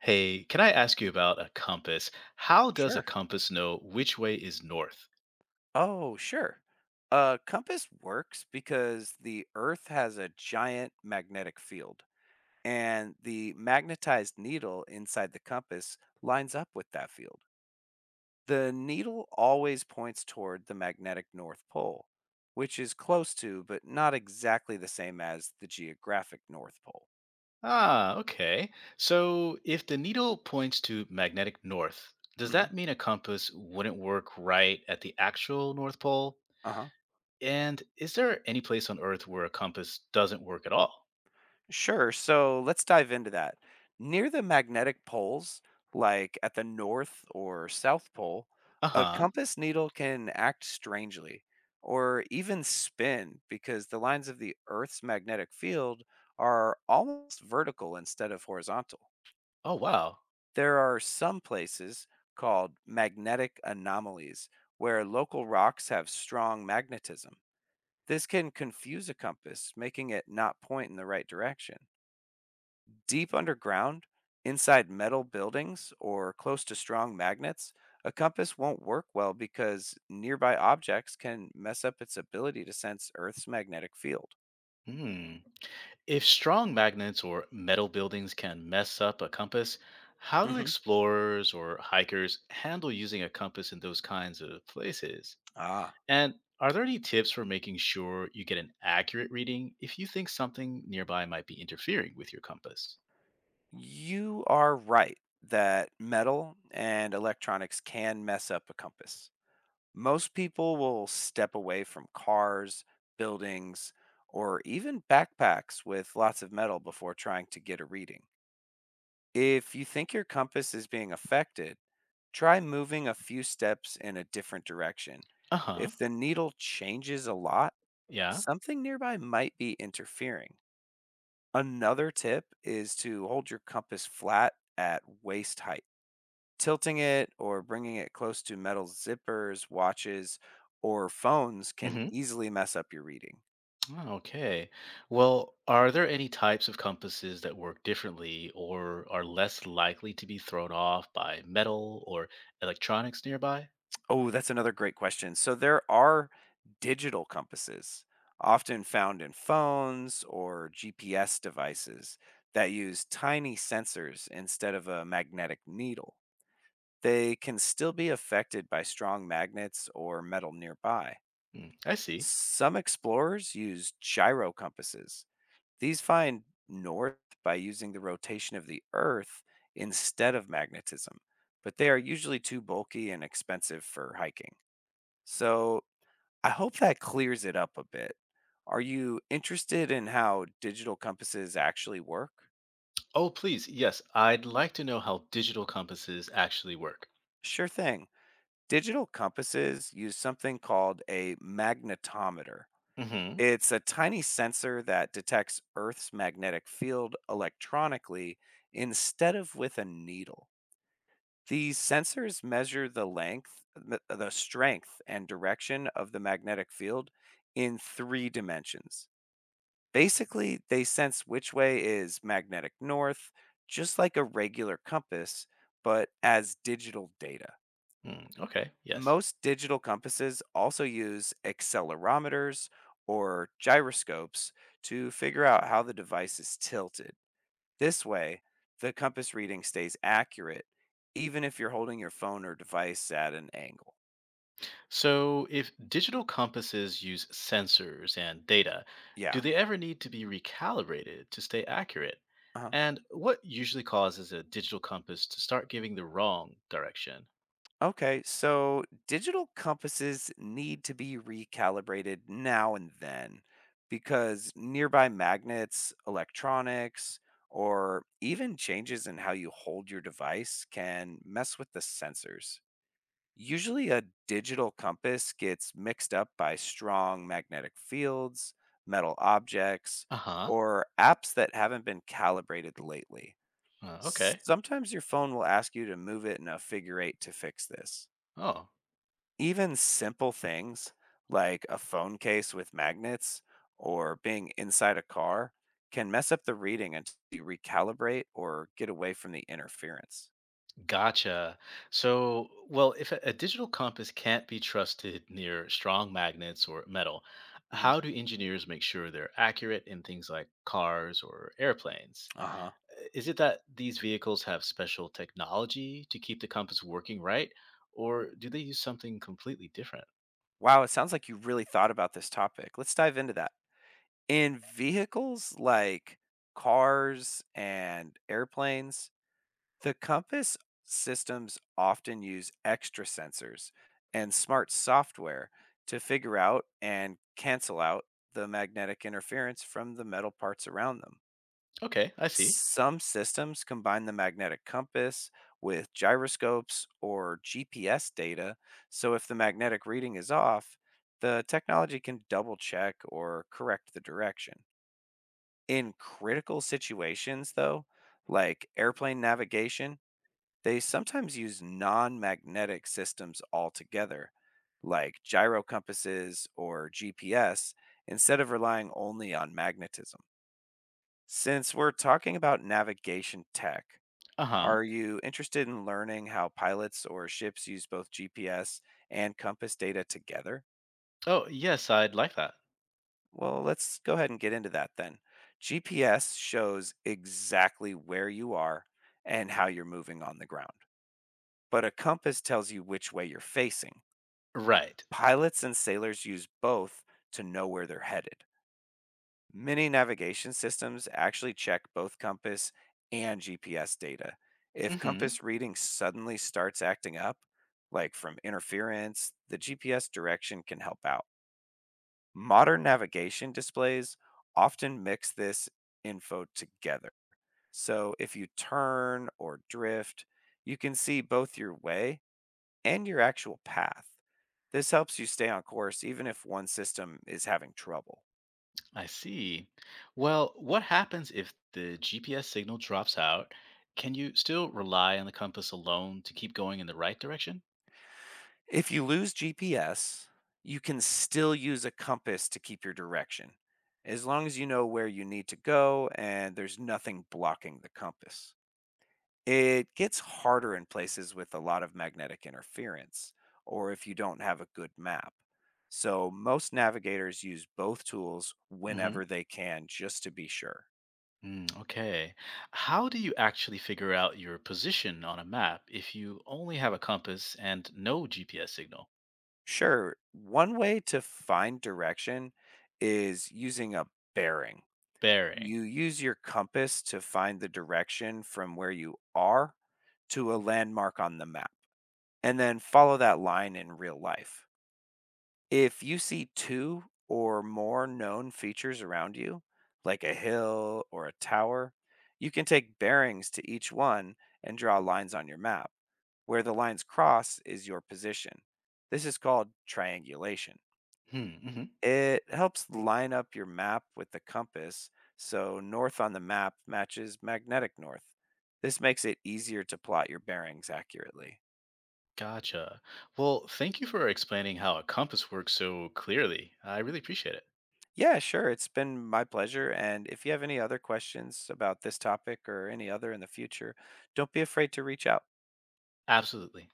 Hey, can I ask you about a compass? How does a Sure. compass know which way is north? Oh, sure. A compass works because the Earth has a giant magnetic field, and the magnetized needle inside the compass lines up with that field. The needle always points toward the magnetic North Pole, which is close to, but not exactly the same as, the geographic North Pole. Ah, okay. So if the needle points to magnetic north, does hmm that mean a compass wouldn't work right at the actual North Pole? Uh huh. And is there any place on Earth where a compass doesn't work at all? Sure. So let's dive into that. Near the magnetic poles, like at the North or South Pole, Uh a huh. compass needle can act strangely or even spin because the lines of the Earth's magnetic field are almost vertical instead of horizontal. Oh, wow. There are some places called magnetic anomalies where local rocks have strong magnetism. This can confuse a compass, making it not point in the right direction. Deep underground, inside metal buildings, or close to strong magnets, a compass won't work well because nearby objects can mess up its ability to sense Earth's magnetic field. Hmm. If strong magnets or metal buildings can mess up a compass, how do hmm explorers or hikers handle using a compass in those kinds of places? Ah, And are there any tips for making sure you get an accurate reading if you think something nearby might be interfering with your compass? you are right that metal and electronics can mess up a compass. Most people will step away from cars, buildings, or even backpacks with lots of metal before trying to get a reading. If you think your compass is being affected, try moving a few steps in a different direction. Uh huh. If the needle changes a lot, Yeah. something nearby might be interfering. Another tip is to hold your compass flat at waist height. Tilting it or bringing it close to metal zippers, watches, or phones Mm can hmm. easily mess up your reading. Okay. Well, are there any types of compasses that work differently or are less likely to be thrown off by metal or electronics nearby? Oh, that's another great question. So there are digital compasses, often found in phones or GPS devices that use tiny sensors instead of a magnetic needle. They can still be affected by strong magnets or metal nearby. Hmm, I see. Some explorers use gyro compasses. These find north by using the rotation of the Earth instead of magnetism, but they are usually too bulky and expensive for hiking. So I hope that clears it up a bit. Are you interested in how digital compasses actually work? Oh, please. Yes. I'd like to know how digital compasses actually work. Sure thing. Digital compasses use something called a magnetometer. Mm-hmm. It's a tiny sensor that detects Earth's magnetic field electronically instead of with a needle. These sensors measure the length, the strength, and direction of the magnetic field in three dimensions. Basically, they sense which way is magnetic north, just like a regular compass, but as digital data. Hmm. Okay. Yes. Most digital compasses also use accelerometers or gyroscopes to figure out how the device is tilted. This way, the compass reading stays accurate, even if you're holding your phone or device at an angle. So, if digital compasses use sensors and data, do Yeah. they ever need to be recalibrated to stay accurate? Uh-huh. And what usually causes a digital compass to start giving the wrong direction? Okay, so digital compasses need to be recalibrated now and then because nearby magnets, electronics, or even changes in how you hold your device can mess with the sensors. Usually, a digital compass gets mixed up by strong magnetic fields, metal objects, Uh-huh. or apps that haven't been calibrated lately. Uh huh. Okay. Sometimes your phone will ask you to move it in a figure eight to fix this. Oh. Even simple things like a phone case with magnets or being inside a car can mess up the reading until you recalibrate or get away from the interference. Gotcha. So, well, if a digital compass can't be trusted near strong magnets or metal, Mhm. how do engineers make sure they're accurate in things like cars or airplanes? Uh-huh. Is it that these vehicles have special technology to keep the compass working right, or do they use something completely different? Wow, it sounds like you really thought about this topic. Let's dive into that. In vehicles like cars and airplanes, the compass systems often use extra sensors and smart software to figure out and cancel out the magnetic interference from the metal parts around them. Okay, I see. Some systems combine the magnetic compass with gyroscopes or GPS data, so if the magnetic reading is off, the technology can double check or correct the direction. In critical situations, though, like airplane navigation, they sometimes use non magnetic systems altogether, like gyro compasses or GPS, instead of relying only on magnetism. Since we're talking about navigation tech, Uh huh. are you interested in learning how pilots or ships use both GPS and compass data together? Oh, yes, I'd like that. Well, let's go ahead and get into that then. GPS shows exactly where you are and how you're moving on the ground, but a compass tells you which way you're facing. Right. Pilots and sailors use both to know where they're headed. Many navigation systems actually check both compass and GPS data. If Mm hmm. compass reading suddenly starts acting up, like from interference, the GPS direction can help out. Modern navigation displays often mix this info together. So if you turn or drift, you can see both your way and your actual path. This helps you stay on course even if one system is having trouble. I see. Well, what happens if the GPS signal drops out? Can you still rely on the compass alone to keep going in the right direction? If you lose GPS, you can still use a compass to keep your direction, as long as you know where you need to go and there's nothing blocking the compass. It gets harder in places with a lot of magnetic interference or if you don't have a good map. So, most navigators use both tools Hmm. whenever they can just to be sure. Mm, okay. How do you actually figure out your position on a map if you only have a compass and no GPS signal? Sure. One way to find direction is using a bearing. Bearing. You use your compass to find the direction from where you are to a landmark on the map, and then follow that line in real life. If you see two or more known features around you, like a hill or a tower, you can take bearings to each one and draw lines on your map. Where the lines cross is your position. This is called triangulation. Mm-hmm. It helps line up your map with the compass so north on the map matches magnetic north. This makes it easier to plot your bearings accurately. Gotcha. Well, thank you for explaining how a compass works so clearly. I really appreciate it. Yeah, sure. It's been my pleasure. And if you have any other questions about this topic or any other in the future, don't be afraid to reach out. Absolutely.